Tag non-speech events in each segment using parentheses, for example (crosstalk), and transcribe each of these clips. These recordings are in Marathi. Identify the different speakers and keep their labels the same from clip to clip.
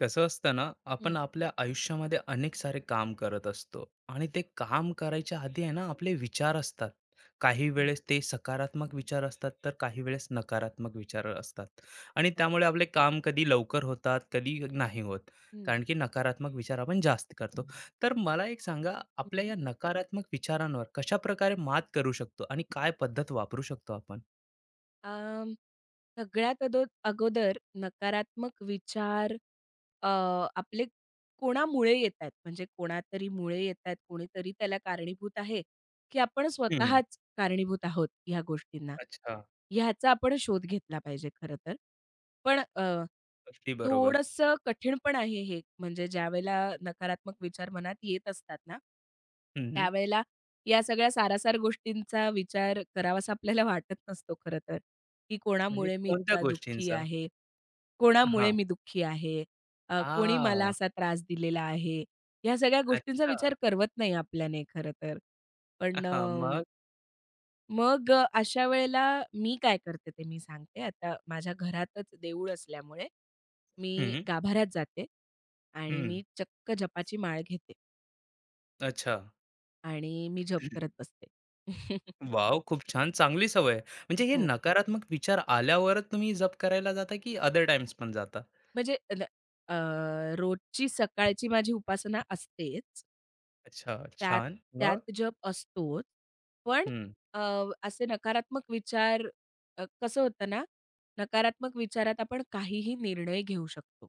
Speaker 1: कसं असतं ना, आपण
Speaker 2: हं,
Speaker 1: आपल्या आयुष्यामध्ये अनेक सारे काम करत असतो आणि ते काम करायच्या आधी आहे ना, आपले विचार असतात. काही
Speaker 2: हं.
Speaker 1: वेळेस ते सकारात्मक विचार असतात, तर काही वेळेस नकारात्मक विचार असतात. आणि त्यामुळे
Speaker 2: बरोबर.
Speaker 1: आपले काम कधी लवकर होतात, कधी नाही होत.
Speaker 2: हं.
Speaker 1: कारण की नकारात्मक विचार आपण जास्त करतो. तर मला एक सांगा, आपल्या
Speaker 2: हं.
Speaker 1: या नकारात्मक विचारांवर कशा प्रकारे मात करू शकतो आणि काय पद्धत वापरू शकतो आपण?
Speaker 2: अ, सगळ्यात अगोदर नकारात्मक विचार अ, आपले कोणामुळे येतायत, म्हणजे कोणातरी मुळे येतायत, कोणीतरी त्याला कारणीभूत आहे, की आपण
Speaker 1: हम्म,
Speaker 2: स्वतःच कारणीभूत आहोत ह्या गोष्टींना.
Speaker 1: अच्छा.
Speaker 2: ह्याचा आपण शोध घेतला पाहिजे खरं तर. पण
Speaker 1: अगदी बरोबर.
Speaker 2: थोडंसं कठीण पण आहे हे, म्हणजे ज्यावेळेला नकारात्मक विचार मनात येत असतात ना,
Speaker 1: हम्म,
Speaker 2: त्यावेळेला या सगळ्या सारासार गोष्टींचा विचार करावासा आपल्याला वाटत नसतो खरं तर, की
Speaker 1: म्हणजे
Speaker 2: कोणामुळे मी
Speaker 1: कोणत्या
Speaker 2: इतका दुःखी
Speaker 1: गोष्टींचा?
Speaker 2: आहे? कोणामुळे मी दुःखी आहे? कोणी मला
Speaker 1: आ!
Speaker 2: असा त्रास दिलेला आहे? ह्या सगळ्या गोष्टींचा
Speaker 1: अच्छा.
Speaker 2: विचार करवत नाही आपल्याने खरं तर. पण
Speaker 1: हां,
Speaker 2: अ,
Speaker 1: मग?
Speaker 2: मग अशा वेळेला मी काय करते ते मी सांगते. आता माझ्या घरातच देऊळ असल्यामुळे मी
Speaker 1: हं,
Speaker 2: गाभाऱ्यात जाते आणि
Speaker 1: हं.
Speaker 2: मी चक्क जपाची माळ घेते
Speaker 1: अच्छा.
Speaker 2: आणि मी जप करत बसते. (laughs)
Speaker 1: वॉव! खूप छान. चांगली सवय आहे. म्हणजे हे
Speaker 2: हो.
Speaker 1: नकारात्मक विचार आल्यावरच तुम्ही जप करायला जाता, की अदर टाइम्स पण जाता?
Speaker 2: म्हणजे अ, रोजची सकाळची माझी उपासना असतेच.
Speaker 1: अच्छा,
Speaker 2: त्यात
Speaker 1: छान. मग?
Speaker 2: त्यात जप असतोच. पण
Speaker 1: हं.
Speaker 2: अ, असे नकारात्मक विचार कसं होतं ना, नकारात्मक विचारात आपण काहीही निर्णय घेऊ शकतो.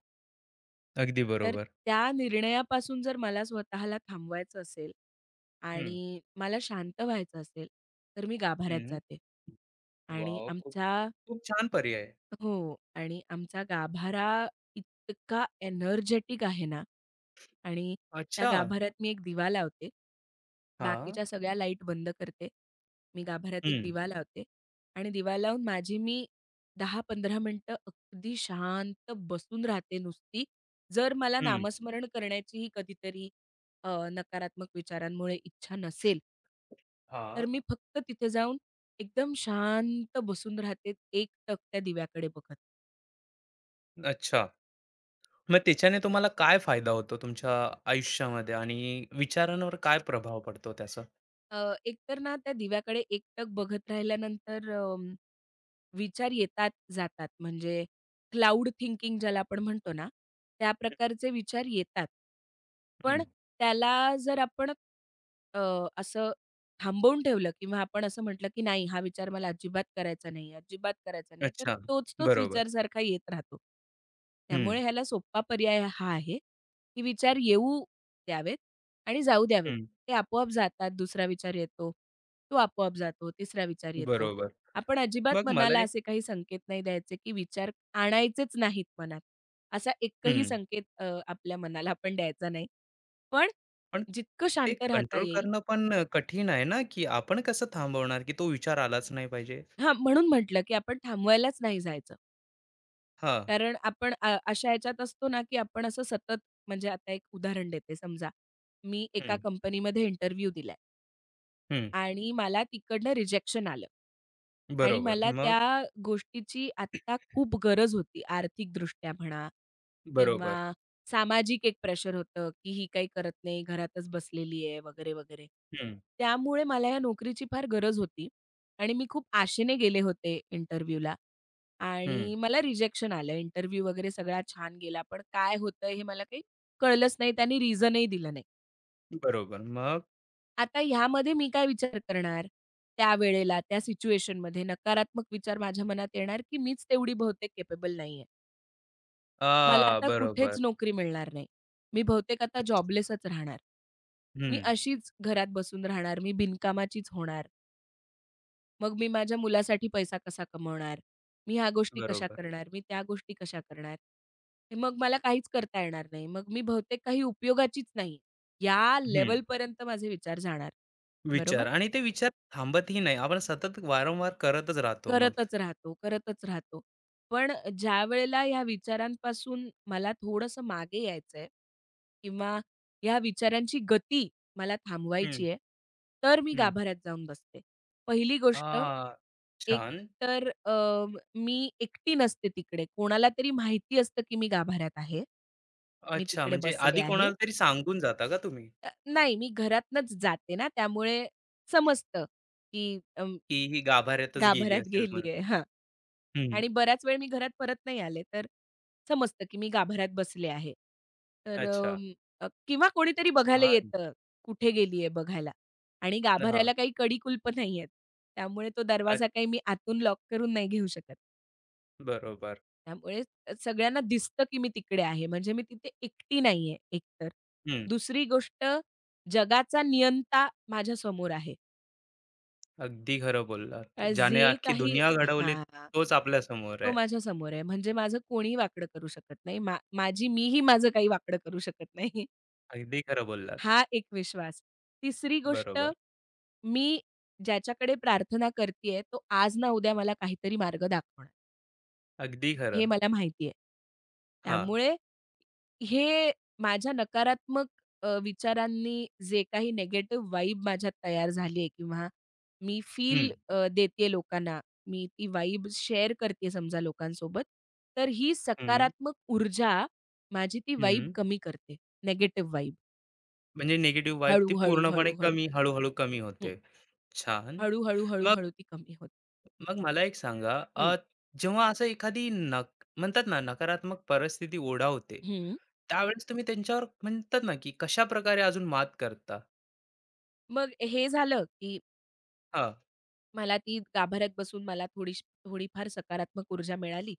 Speaker 1: अगदी
Speaker 2: तर
Speaker 1: बरोबर.
Speaker 2: त्या निर्णयापासून जर मला स्वतःला थांबवायचं असेल
Speaker 1: हं,
Speaker 2: आणि मला शांत व्हायचं असेल, तर मी गाभाऱ्यात
Speaker 1: हं.
Speaker 2: जाते. आणि
Speaker 1: वॉव! खूप
Speaker 2: आमच्या
Speaker 1: खूप छान पर्याय आहे.
Speaker 2: हो. आणि आमचा गाभारा इतका एनर्जेटिक आहे ना आणि त्या
Speaker 1: अच्छा.
Speaker 2: गाभाऱ्यात मी एक दिवा लावते.
Speaker 1: हां.
Speaker 2: बाकीच्या सगळ्या लाईट बंद करते. मी गाभाऱ्यात एक
Speaker 1: हं,
Speaker 2: दिवा लावते आणि दिवा लावून माझी मी 10-15 मिनिटं अगदी शांत बसून राहते नुसती. जर मला
Speaker 1: हं.
Speaker 2: नामस्मरण करण्याचीही कधीतरी नकारात्मक विचारांमुळे इच्छा नसेल तर
Speaker 1: हां.
Speaker 2: मी फक्त तिथे जाऊन एकदम शांत बसून राहते एकटक त्या दिव्याकडे बघत.
Speaker 1: अच्छा. मग त्याच्याने तुम्हाला काय फायदा होतो तुमच्या आयुष्यामध्ये आणि विचारांवर काय प्रभाव पडतो त्याचा?
Speaker 2: एकतर ना त्या दिव्याकडे एकटक बघत राहिल्यानंतर विचार येतात जातात म्हणजे क्लाउड थिंकिंग ज्याला आपण म्हणतो ना, त्या प्रकारचे विचार येतात. पण
Speaker 1: हं.
Speaker 2: त्याला जर आपण अ, असं थांबवून ठेवलं किंवा आपण असं म्हटलं, की नाही हा विचार मला अजिबात करायचा नाही, अजिबात करायचा नाही, तर
Speaker 1: अच्छा.
Speaker 2: तोच-तोच
Speaker 1: बरोबर.
Speaker 2: विचार सारखा येत राहतो.
Speaker 1: हं,
Speaker 2: त्यामुळे ह्याला सोप्पा पर्याय हा आहे, की विचार येऊ द्यावेत आणि जाऊ द्यावेत.
Speaker 1: हं.
Speaker 2: ते आपोआप जातात. दुसरा विचार येतो. तो आपोआप जातो. तिसरा विचार येतो.
Speaker 1: बरोबर.
Speaker 2: आपण अजिबात
Speaker 1: मग मला
Speaker 2: मनाला
Speaker 1: एक.
Speaker 2: असे काही संकेत नाही द्यायचे, की विचार आणायचेच नाहीत मनात. असा एकही
Speaker 1: हं.
Speaker 2: संकेत आपल्या मनाला आपण द्यायचा नाही. पण
Speaker 1: पण
Speaker 2: जितकं
Speaker 1: ते
Speaker 2: शांत राहता
Speaker 1: कंट्रोल
Speaker 2: येईल.
Speaker 1: करणं पण कठीण आहे ना, की आपण कसं थांबवणार, की तो विचार आलाच नाही पाहिजे?
Speaker 2: हां, म्हणून म्हटलं, की आपण थांबवायलाच नाही जायचं.
Speaker 1: हां.
Speaker 2: कारण आपण अशा ह्याच्यात असतो ना, की आपण असं सतत. म्हणजे आता एक उदाहरण देते. समजा मी एका
Speaker 1: हं,
Speaker 2: कंपनीमध्ये इंटरव्ह्यू दिलाय.
Speaker 1: हं.
Speaker 2: आणि मला तिकडनं रिजेक्शन आलं. आणि
Speaker 1: बरोबर.
Speaker 2: मला
Speaker 1: मग.
Speaker 2: त्या गोष्टीची आत्ता खूप गरज होती आर्थिकदृष्ट्या म्हणा
Speaker 1: बरोबर.
Speaker 2: किंवा सामाजिक एक प्रेशर होतं, की ही काही करत नाही, घरातच बसलेली आहे वगैरे, वगैरे.
Speaker 1: हं,
Speaker 2: त्यामुळे मला या नोकरीची फार गरज होती आणि मी खूप आशेने गेले होते इंटरव्ह्यूला
Speaker 1: हं.
Speaker 2: आणि मला रिजेक्शन आलं. इंटरव्ह्यू वगैरे सगळा छान गेला, पण काय होतं हे मला काही कळलंच नाही. त्यांनी रिझनही दिलं नाही.
Speaker 1: बरोबर. मग.
Speaker 2: आता ह्यामध्ये मी काय विचार करणार? त्यावेळेला, त्या सिच्युएशनमध्ये नकारात्मक विचार माझ्या मनात येणार, की मीच तेवढी बहुतेक केपेबल नाहीये. मला
Speaker 1: आ,
Speaker 2: आता कुठेच
Speaker 1: बरोबर.
Speaker 2: नोकरी मिळणार नाही. मी बहुतेक आता
Speaker 1: अच्छा.
Speaker 2: जॉबलेसच राहणार. मी
Speaker 1: हं.
Speaker 2: अशीच घरात बसून राहणार. मी बिनकामाचीच होणार. मग मी माझ्या मुलासाठी पैसा कसा कमवणार? मी ह्या गोष्टी कशा
Speaker 1: बरोबर.
Speaker 2: करणार? मी त्या गोष्टी कशा करणार? हे मग मला काहीच करता येणार नाही. मग मी बहुतेक काही उपयोगाचीच नाही. या
Speaker 1: हं.
Speaker 2: लेव्हलपर्यंत माझे विचार जाणार. बरोबर?
Speaker 1: विचार आणि ते विचार थांबतही नाही. आपण सतत वारंवार करतच राहतो मग.
Speaker 2: करतच राहतो, करतच राहतो. पण ज्यावेळेला ह्या विचारांपासून मला थोडंसं मागे यायचंय किंवा ह्या विचारांची गती मला
Speaker 1: हं,
Speaker 2: थांबवायची आहे, तर मी
Speaker 1: हं.
Speaker 2: गाभाऱ्यात जाऊन बसते. पहिली गोष्ट,
Speaker 1: आ,
Speaker 2: एक
Speaker 1: छान.
Speaker 2: तर मी एकटी नसते तिकडे. कोणाला तरी माहिती असतं, की मी गाभाऱ्यात आहे. मी
Speaker 1: अच्छा,
Speaker 2: तिकडे
Speaker 1: म्हणजे
Speaker 2: बसले
Speaker 1: आधी
Speaker 2: आहे.
Speaker 1: कोणाला तरी सांगून जाता का तुम्ही,
Speaker 2: नाही, मी घरातनंच जाते ना, त्यामुळे समजतं, की
Speaker 1: की ही गाभाऱ्यातच गेली
Speaker 2: गाभाऱ्यात
Speaker 1: असेल म्हणून?
Speaker 2: गेली आहे.
Speaker 1: हं,
Speaker 2: आणि बराच वेळ मी घरात परत नाही आले, तर समजतं की मी गाभाऱ्यात बसले आहे. तर
Speaker 1: अच्छा.
Speaker 2: किंवा कोणीतरी बघायला
Speaker 1: छान.
Speaker 2: येतं, कुठे गेली आहे बघायला आणि
Speaker 1: हां,
Speaker 2: गाभाऱ्याला काही कडी कुलपं नाहीयेत. त्यामुळे तो
Speaker 1: अ,
Speaker 2: दरवाजा काही मी आतून लॉक करून नाही घेऊ शकत.
Speaker 1: बरोबर.
Speaker 2: त्यामुळे सगळ्यांना दिसतं की मी तिकडे आहे. म्हणजे मी तिथे एकटी नाहीये एकतर.
Speaker 1: हं,
Speaker 2: दुसरी गोष्ट जगाचा नियंता माझ्यासमोर आहे.
Speaker 1: अगदी खरं बोललात.
Speaker 2: अ,
Speaker 1: ज्याने
Speaker 2: जे
Speaker 1: अख्खी
Speaker 2: काही
Speaker 1: दुनिया घडवली,
Speaker 2: हां.
Speaker 1: तोच आपल्यासमोर
Speaker 2: तो
Speaker 1: आहे.
Speaker 2: माझ्यासमोर आहे. म्हणजे माझं कोणीही वाकडं करू शकत नाही. माझी मीही माझं काही वाकडं करू शकत नाही. (laughs)
Speaker 1: अगदी खरं बोललात.
Speaker 2: हा एक विश्वास. तिसरी गोष्ट,
Speaker 1: बरोबर.
Speaker 2: मी ज्याच्याकडे प्रार्थना करतीये, तो आज ना उद्या मला काहीतरी मार्ग दाखवणार.
Speaker 1: अगदी खरं.
Speaker 2: हे मला माहिती आहे.
Speaker 1: हां.
Speaker 2: त्यामुळे हे माझ्या नकारात्मक विचारांनी जे काही निगेटिव्ह वाइब माझ्यात तयार झाली आहे किंवा मी
Speaker 1: हं,
Speaker 2: फील देते लोकांना, मी ती वाइब शेअर करते समजा लोकांसोबत, तर ही
Speaker 1: हं,
Speaker 2: सकारात्मक ऊर्जा माझी ती वाइब
Speaker 1: हं.
Speaker 2: कमी करते, निगेटिव्ह वाइब.
Speaker 1: म्हणजे निगेटिव्ह वाइब ती
Speaker 2: हळू-हळू,
Speaker 1: पूर्णपणे
Speaker 2: हळू-हळू.
Speaker 1: कमी, हळू कमी
Speaker 2: हं.
Speaker 1: होते. छान.
Speaker 2: हळू-हळू,
Speaker 1: मग.
Speaker 2: हळूहळू ती कमी होते.
Speaker 1: मग मला एक सांगा,
Speaker 2: हं,
Speaker 1: जेव्हा असं एखादी नक म्हणतात ना, नकारात्मक परिस्थिती ओढावते,
Speaker 2: हं.
Speaker 1: त्यावेळेस तुम्ही त्यांच्यावर म्हणतात ना, की कशा प्रकारे अजून मात करता?
Speaker 2: मग हे झालं, की
Speaker 1: हा,
Speaker 2: मला ती गाभाऱ्यात बसून मला थोडीफार सकारात्मक ऊर्जा मिळाली.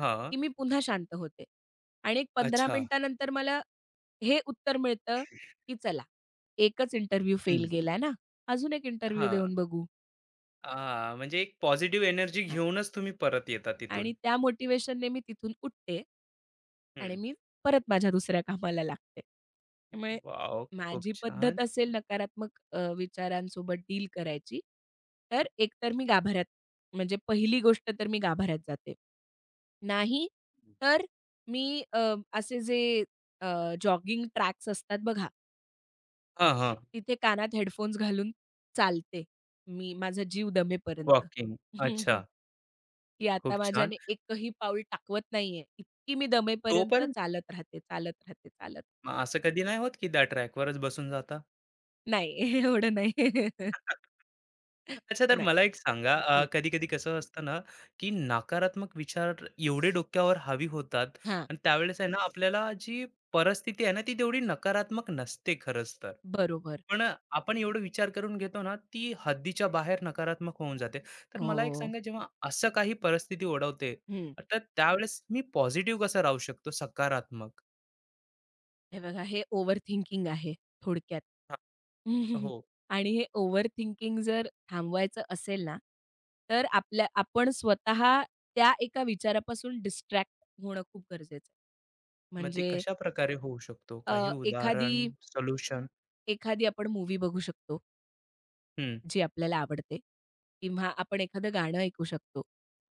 Speaker 1: हा.
Speaker 2: की मी पुन्हा शांत होते. आणि एक 15
Speaker 1: अच्छा.
Speaker 2: मिनिटानंतर मला हे उत्तर मिळतं, की चला एकच इंटरव्ह्यू फेल
Speaker 1: हम्म,
Speaker 2: गेलाय ना, अजून एक इंटरव्ह्यू
Speaker 1: हा.
Speaker 2: देऊन बघू.
Speaker 1: आ, म्हणजे एक पॉझिटिव्ह एनर्जी
Speaker 2: हां.
Speaker 1: घेऊनच तुम्ही परत येता तिथून.
Speaker 2: आणि त्या मोटिव्हेशनने मी तिथून उठते आणि
Speaker 1: हम्म.
Speaker 2: मी परत माझ्या दुसऱ्या कामाला लागते. त्यामुळे
Speaker 1: वाव, खूप
Speaker 2: माझी
Speaker 1: छान.
Speaker 2: पद्धत असेल नकारात्मक विचारांसोबत डील करायची, तर एकतर मी गाभाऱ्यात, म्हणजे पहिली गोष्ट तर मी गाभाऱ्यात जाते. नाही
Speaker 1: हम्म,
Speaker 2: तर मी असे जे अ, जॉगिंग ट्रॅक्स असतात बघा,
Speaker 1: हा, हा.
Speaker 2: तिथे कानात हेडफोन्स घालून चालते मी माझा जीव दमेपर्यंत,
Speaker 1: वॉकिंग.
Speaker 2: हम्म,
Speaker 1: अच्छा.
Speaker 2: हम्म. की आता
Speaker 1: खूप छान.
Speaker 2: माझ्याने एकही पाऊल टाकवत नाहीये. इतकी मी दमेपर्यंत
Speaker 1: तोपर्यंत,
Speaker 2: चालत राहते, चालत राहते,
Speaker 1: मग असं कधी नाही होत की त्या ट्रॅकवरच बसून जाता?
Speaker 2: नाही. (laughs) एवढं नाही.
Speaker 1: (laughs)
Speaker 2: (laughs)
Speaker 1: अच्छा, तर
Speaker 2: नाही.
Speaker 1: मला एक सांगा, कधी-कधी कसं असतं ना, की नकारात्मक विचार एवढे डोक्यावर हावी होतात
Speaker 2: हां,
Speaker 1: आणि त्यावेळेस आहे ना, आपल्याला जी परिस्थिती आहे ना, ती तेवढी नकारात्मक नसते खरंच तर.
Speaker 2: बरोबर.
Speaker 1: पण आपण एवढं विचार करून घेतो ना, ती हद्दीच्या बाहेर नकारात्मक होऊन जाते. तर
Speaker 2: हो.
Speaker 1: मला एक
Speaker 2: हो.
Speaker 1: सांगा, जेव्हा असं काही परिस्थिती ओढवते,
Speaker 2: हं.
Speaker 1: तर त्यावेळेस मी पॉझिटिव्ह कसा राहू शकतो, सकारात्मक?
Speaker 2: हे बघा हे ओव्हर थिंकिंग आहे थोडक्यात.
Speaker 1: हां.
Speaker 2: (laughs)
Speaker 1: हो,
Speaker 2: आणि हे ओव्हर थिंकिंग जर थांबवायचं असेल ना, तर आपण स्वतः त्या एका विचारापासून डिस्ट्रॅक्ट होणं खूप गरजेचं आहे.
Speaker 1: मग ते
Speaker 2: म्हणजे
Speaker 1: कशाप्रकारे होऊ शकतो? काही
Speaker 2: एखादी
Speaker 1: उदाहरण, सोल्युशन?
Speaker 2: एखादी आपण मूवी बघू शकतो.
Speaker 1: हं,
Speaker 2: जी आपल्याला आवडते किंवा आपण एखादं गाणं ऐकू शकतो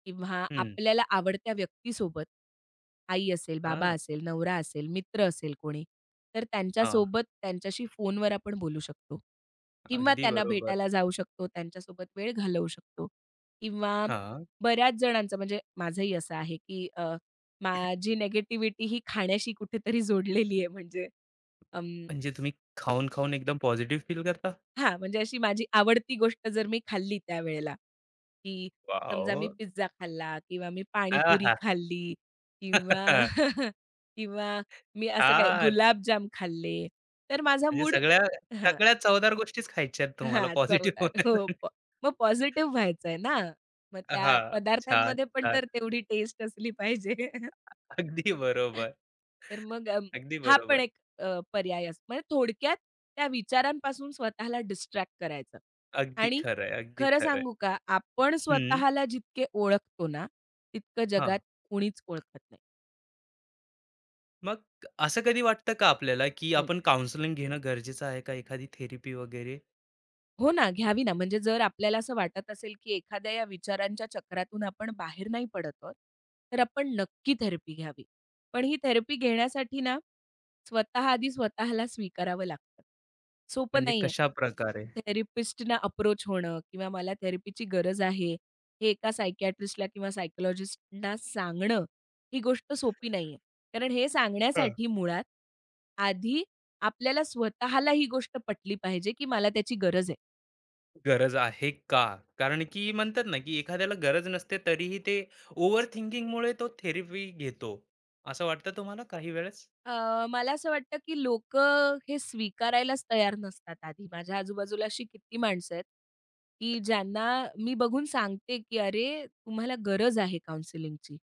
Speaker 2: किंवा
Speaker 1: हं.
Speaker 2: आपल्याला आवडत्या व्यक्तीसोबत आई असेल, बाबा
Speaker 1: हां,
Speaker 2: असेल, नवरा असेल, मित्र असेल कोणी, तर त्यांच्याशी फोनवर आपण बोलू शकतो किंवा
Speaker 1: अगदी
Speaker 2: त्यांना
Speaker 1: बरोबर.
Speaker 2: भेटायला जाऊ शकतो, त्यांच्यासोबत वेळ घालवू शकतो किंवा
Speaker 1: हां.
Speaker 2: बऱ्याच जणांचं म्हणजे माझंही असं आहे, की माझी निगेटिव्हिटी ही खाण्याशी कुठेतरी जोडलेली आहे म्हणजे.
Speaker 1: म्हणजे तुम्ही खाऊन-खाऊन एकदम पॉझिटिव्ह फील करता?
Speaker 2: हां, म्हणजे अशी माझी आवडती गोष्ट जर मी खाल्ली त्यावेळेला, की समजा
Speaker 1: वॉव!
Speaker 2: मी पिझ्झा खाल्ला किंवा मी पाणीपुरी
Speaker 1: आहा!
Speaker 2: खाल्ली किंवा (laughs) किंवा मी असं काय
Speaker 1: हां, (laughs)
Speaker 2: गुलाबजाम खाल्ले, तर माझा
Speaker 1: म्हणजे
Speaker 2: मूड.
Speaker 1: सगळ्या
Speaker 2: हां,
Speaker 1: सगळ्या चवदार गोष्टीच खायच्या आहेत तुम्हाला
Speaker 2: हां,
Speaker 1: पॉझिटिव्ह
Speaker 2: चवदार. हो,
Speaker 1: होण्यासाठी.
Speaker 2: मग पॉझिटिव्ह व्हायचंय ना, मग त्या
Speaker 1: हां, छान,
Speaker 2: पदार्थांमध्ये पण
Speaker 1: छान.
Speaker 2: तर तेवढी टेस्ट असली पाहिजे.
Speaker 1: अगदी बरोबर,
Speaker 2: तर मग
Speaker 1: अगदी
Speaker 2: हा पण
Speaker 1: बरोबर.
Speaker 2: एक पर्याय असतो. म्हणजे थोडक्यात त्या विचारांपासून स्वतःला डिस्ट्रॅक्ट करायचं.
Speaker 1: अगदी
Speaker 2: आणि
Speaker 1: खरं, अगदी
Speaker 2: खरं
Speaker 1: खरं आहे.
Speaker 2: सांगू का, आपण
Speaker 1: हं,
Speaker 2: स्वतःला जितके ओळखतो ना, तितकं जगात कुणीच ओळखत नाही.
Speaker 1: मग असं कधी वाटतं का आपल्याला, की आपण काउंसलिंग घेणं गरजेचं आहे का, एखादी थेरपी वगैरे?
Speaker 2: हो ना, घ्यावी ना. म्हणजे जर आपल्याला असं वाटत असेल, की एखाद्या या विचारांच्या चक्रातून आपण बाहेर नाही पडत आहोत, तर आपण नक्की थेरपी घ्यावी. पण ही थेरपी घेण्यासाठी ना, स्वतः आधी स्वतःला स्वीकारावं लागतं. सोपं
Speaker 1: म्हणजे
Speaker 2: नाहीये.
Speaker 1: कशाप्रकारे?
Speaker 2: थेरपिस्टना अप्रोच होणं किंवा मला थेरपीची गरज आहे, हे एका सायकियाट्रिस्टला किंवा सायकॉलॉजिस्टना सांगणं, ही गोष्ट सोपी नाहीये. कारण हे सांगण्यासाठी मुळात आधी आपल्याला स्वतःला ही गोष्ट पटली पाहिजे, की मला त्याची गरज आहे.
Speaker 1: गरज आहे का? कारण की म्हणतात ना, की एखाद्याला गरज नसते तरीही ते ओव्हर थिंकिंगमुळे तो थेरपी घेतो. असं वाटतं तुम्हाला काही वेळेस?
Speaker 2: मला असं वाटतं, की लोकं हे स्वीकारायलाच तयार नसतात आधी. माझ्या आजूबाजूला अशी किती माणसं आहेत, की ज्यांना मी बघून सांगते, की "अरे, तुम्हाला गरज आहे काउन्सिलिंगची."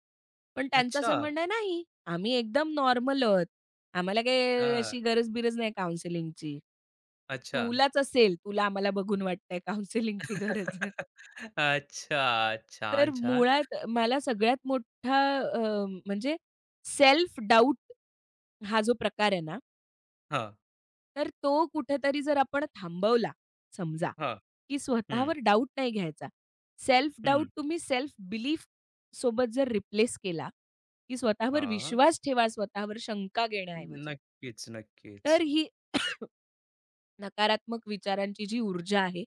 Speaker 2: पण त्यांचं असं
Speaker 1: अच्छा.
Speaker 2: म्हणणं आहे, "नाही, आम्ही एकदम नॉर्मल आहोत. आम्हाला काही
Speaker 1: हां.
Speaker 2: अशी गरज-बिरज नाही काउन्सिलिंगची.
Speaker 1: अच्छा.
Speaker 2: तुलाच असेल, तुला आम्हाला बघून वाटतंय काउन्सिलिंगची गरज."
Speaker 1: (laughs) अच्छा.
Speaker 2: तर
Speaker 1: छान, छान.
Speaker 2: मुळात मला सगळ्यात मोठा म्हणजे सेल्फ डाऊट हा जो प्रकार आहे ना,
Speaker 1: हां,
Speaker 2: तर तो कुठेतरी जर आपण थांबवला समजा,
Speaker 1: हां.
Speaker 2: की
Speaker 1: हं,
Speaker 2: स्वतःवर डाऊट नाही घ्यायचा. सेल्फ
Speaker 1: हं.
Speaker 2: डाऊट तुम्ही सेल्फ बिलीफ सोबत जर रिप्लेस केला, की स्वतःवर
Speaker 1: हां.
Speaker 2: विश्वास ठेवा, स्वतःवर शंका घेण्याऐवजी.
Speaker 1: नक्कीच, नक्कीच.
Speaker 2: तर ही नकारात्मक विचारांची जी ऊर्जा आहे,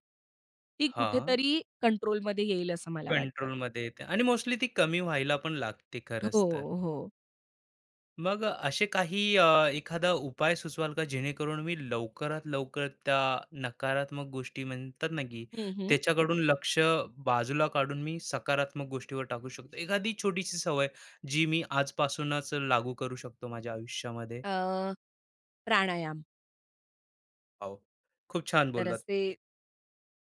Speaker 2: ती
Speaker 1: हां.
Speaker 2: कुठेतरी कंट्रोलमध्ये येईल असं मला वाटतं.
Speaker 1: कंट्रोलमध्ये येते आणि मोस्टली ती कमी व्हायला पण लागते
Speaker 2: हो,
Speaker 1: खरंच तर.
Speaker 2: हो.
Speaker 1: मग असे काही एखादा उपाय सुचवाल का, जेणेकरून मी लवकरात लवकर त्या नकारात्मक गोष्टी म्हणतात ना, की
Speaker 2: हं, हं.
Speaker 1: त्याच्याकडून लक्ष बाजूला काढून मी सकारात्मक गोष्टीवर टाकू शकतो, एखादी छोटीशी सवय जी मी आजपासूनच लागू करू शकतो माझ्या आयुष्यामध्ये?
Speaker 2: अ, प्राणायाम.
Speaker 1: हो, खूप छान
Speaker 2: तर
Speaker 1: बोललात.
Speaker 2: असे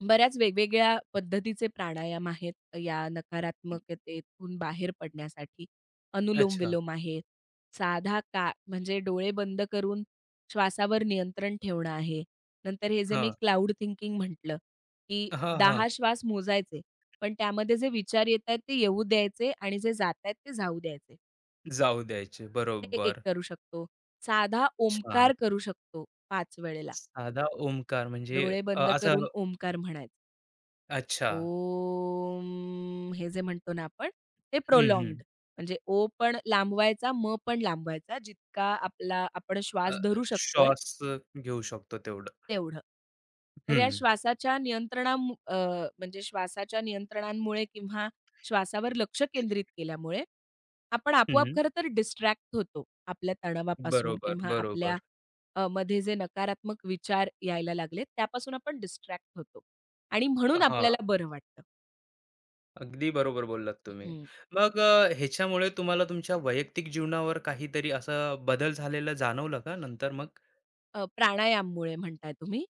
Speaker 2: बऱ्याच वेगवेगळ्या पद्धतीचे प्राणायाम आहेत या नकारात्मकतेतून बाहेर पडण्यासाठी.
Speaker 1: अच्छा.
Speaker 2: अनुलोम-विलोम आहे. साधा का, म्हणजे डोळे बंद करून श्वासावर नियंत्रण ठेवणं आहे. नंतर हे जे
Speaker 1: हा,
Speaker 2: मी क्लाउड थिंकिंग म्हटलं, की
Speaker 1: हा. हा.
Speaker 2: 10 श्वास मोजायचे, पण त्यामध्ये जे विचार येतायत ते येऊ द्यायचे आणि जे जातायत ते जाऊ द्यायचे.
Speaker 1: जाऊ द्यायचे,
Speaker 2: ते एक
Speaker 1: बरोबर.
Speaker 2: करू शकतो. साधा
Speaker 1: छान.
Speaker 2: ओमकार करू शकतो 5 वेळेला.
Speaker 1: साधा ओमकार म्हणजे?
Speaker 2: डोळे बंद
Speaker 1: असं?
Speaker 2: करून ओमकार म्हणायचा.
Speaker 1: अच्छा.
Speaker 2: ओम हे जे म्हणतो ना आपण, ते
Speaker 1: हम्म, हम्म.
Speaker 2: प्रोलॉन्ग्ड, म्हणजे ओ पण लांबवायचा, म पण लांबवायचा. जितका आपण
Speaker 1: अ,
Speaker 2: श्वास धरू शकतोय
Speaker 1: श्वास घेऊ शकतो तेवढं.
Speaker 2: तेवढं. तर
Speaker 1: हं,
Speaker 2: या म्हणजे श्वासाच्या नियंत्रणांमुळे किंवा श्वासावर लक्ष केंद्रित केल्यामुळे, आपण आपोआप
Speaker 1: हं.
Speaker 2: खरं तर डिस्ट्रॅक्ट होतो आपल्या तणावापासून
Speaker 1: बरोबर,
Speaker 2: किंवा
Speaker 1: बरोबर.
Speaker 2: मध्ये जे नकारात्मक विचार यायला लागले त्यापासून आपण डिस्ट्रॅक्ट होतो आणि म्हणून
Speaker 1: हां,
Speaker 2: आपल्याला बरं वाटतं.
Speaker 1: अगदी बरोबर बोललात तुम्ही. मग ह्याच्यामुळे तुम्हाला तुमच्या वैयक्तिक जीवनावर काहीतरी असा बदल झालेला जाणवला का नंतर मग?
Speaker 2: प्राणायाममुळे म्हणताय तुम्ही?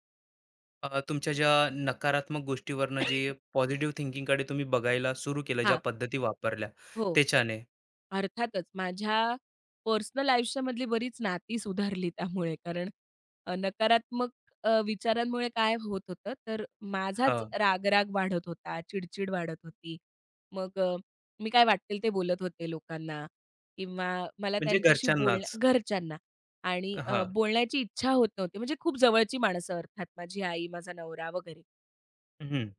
Speaker 1: तुमच्या ज्या नकारात्मक गोष्टीवरनं जे
Speaker 2: (coughs)
Speaker 1: पॉझिटिव्ह थिंकिंगकडे तुम्ही बघायला सुरू केलं, ज्या
Speaker 2: हा,
Speaker 1: पद्धती वापरल्या
Speaker 2: हो.
Speaker 1: त्याच्याने?
Speaker 2: अर्थातच माझ्या पर्सनल आयुष्यामधली बरीच नाती सुधारली त्यामुळे. कारण नकारात्मक विचारांमुळे काय होत होतं, तर माझाच
Speaker 1: हां,
Speaker 2: रागराग वाढत होता, चिडचिड वाढत होती. मग मी काय वाटेल ते बोलत होते लोकांना किंवा मला
Speaker 1: म्हणजे
Speaker 2: त्यांच्याशी
Speaker 1: घरच्यांनाच.
Speaker 2: घरच्यांना आणि
Speaker 1: हां,
Speaker 2: बोलण्याची इच्छा होत नव्हती. म्हणजे खूप जवळची माणसं अर्थात माझी आई, माझा नवरा वगैरे.
Speaker 1: हं.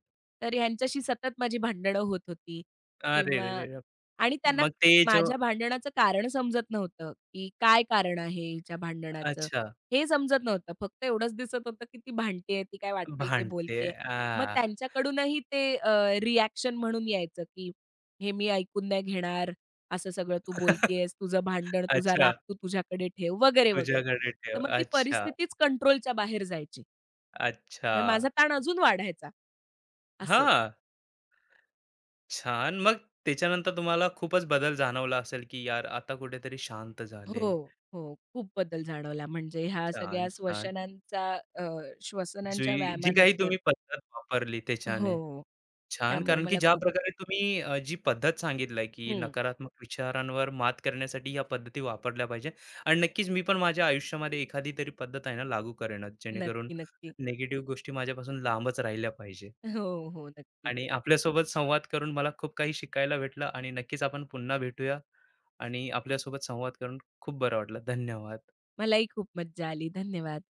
Speaker 2: तर ह्यांच्याशी सतत माझी भांडणं होत होती
Speaker 1: अरे
Speaker 2: किंवा
Speaker 1: रे रे रे!
Speaker 2: आणि त्यांना
Speaker 1: मग ते जो.
Speaker 2: माझ्या भांडणाचं कारण समजत नव्हतं, की काय कारण आहे हिच्या भांडणाचं,
Speaker 1: अच्छा,
Speaker 2: हे समजत नव्हतं. फक्त एवढंच दिसत होतं, की ती भांडतेय, ती काय वाटेल ते
Speaker 1: भांडते.
Speaker 2: बोलतेय. मग
Speaker 1: आ!
Speaker 2: त्यांच्याकडूनही ते रिएक्शन म्हणून यायचं, की "हे मी ऐकून नाही घेणार, असं सगळं तू
Speaker 1: (laughs)
Speaker 2: बोलतेयस, तुझं भांडण, तुझा राग
Speaker 1: अच्छा,
Speaker 2: तू तुझ्याकडे ठेव," वगैरे, वगैरे.
Speaker 1: तुझ्याकडे
Speaker 2: तर
Speaker 1: ठेव.
Speaker 2: मग ती
Speaker 1: अच्छा.
Speaker 2: परिस्थितीच कंट्रोलच्या बाहेर जायची.
Speaker 1: अच्छा.
Speaker 2: मग माझा ताण अजून वाढायचा, असं.
Speaker 1: हां, छान. मग त्याच्यानंतर तुम्हाला खूपच बदल जाणवला असेल, की यार आता कुठेतरी शांत झाले.
Speaker 2: हो, हो. खूप बदल जाणवला म्हणजे ह्या सगळ्या
Speaker 1: छान, छान.
Speaker 2: अ,
Speaker 1: जी
Speaker 2: श्वसनांच्या
Speaker 1: जी काही
Speaker 2: व्यायामानंतर.
Speaker 1: तुम्ही पद्धत वापरली
Speaker 2: हो.
Speaker 1: त्याच्याने. छान,
Speaker 2: त्यामुळे
Speaker 1: कारण की
Speaker 2: मला
Speaker 1: ज्या
Speaker 2: खूप.
Speaker 1: प्रकारे तुम्ही जी पद्धत सांगितली, की
Speaker 2: हं.
Speaker 1: नकारात्मक विचारांवर मात करण्यासाठी ह्या पद्धती वापरल्या पाहिजे आणि नक्कीच मी पण माझ्या आयुष्यामध्ये एखादी तरी पद्धत आहे ना लागू करेनच, जेणेकरून
Speaker 2: नक्की, नक्की.
Speaker 1: निगेटिव्ह गोष्टी माझ्यापासून लांबच राहिल्या पाहिजे.
Speaker 2: हो, हो. नक्की.
Speaker 1: आणि आपल्यासोबत संवाद करून मला खूप काही शिकायला भेटलं आणि नक्कीच आपण पुन्हा भेटूया. आणि आपल्यासोबत संवाद करून खूप बरं वाटलं. धन्यवाद.
Speaker 2: मलाही खूप मज्जा आली. धन्यवाद.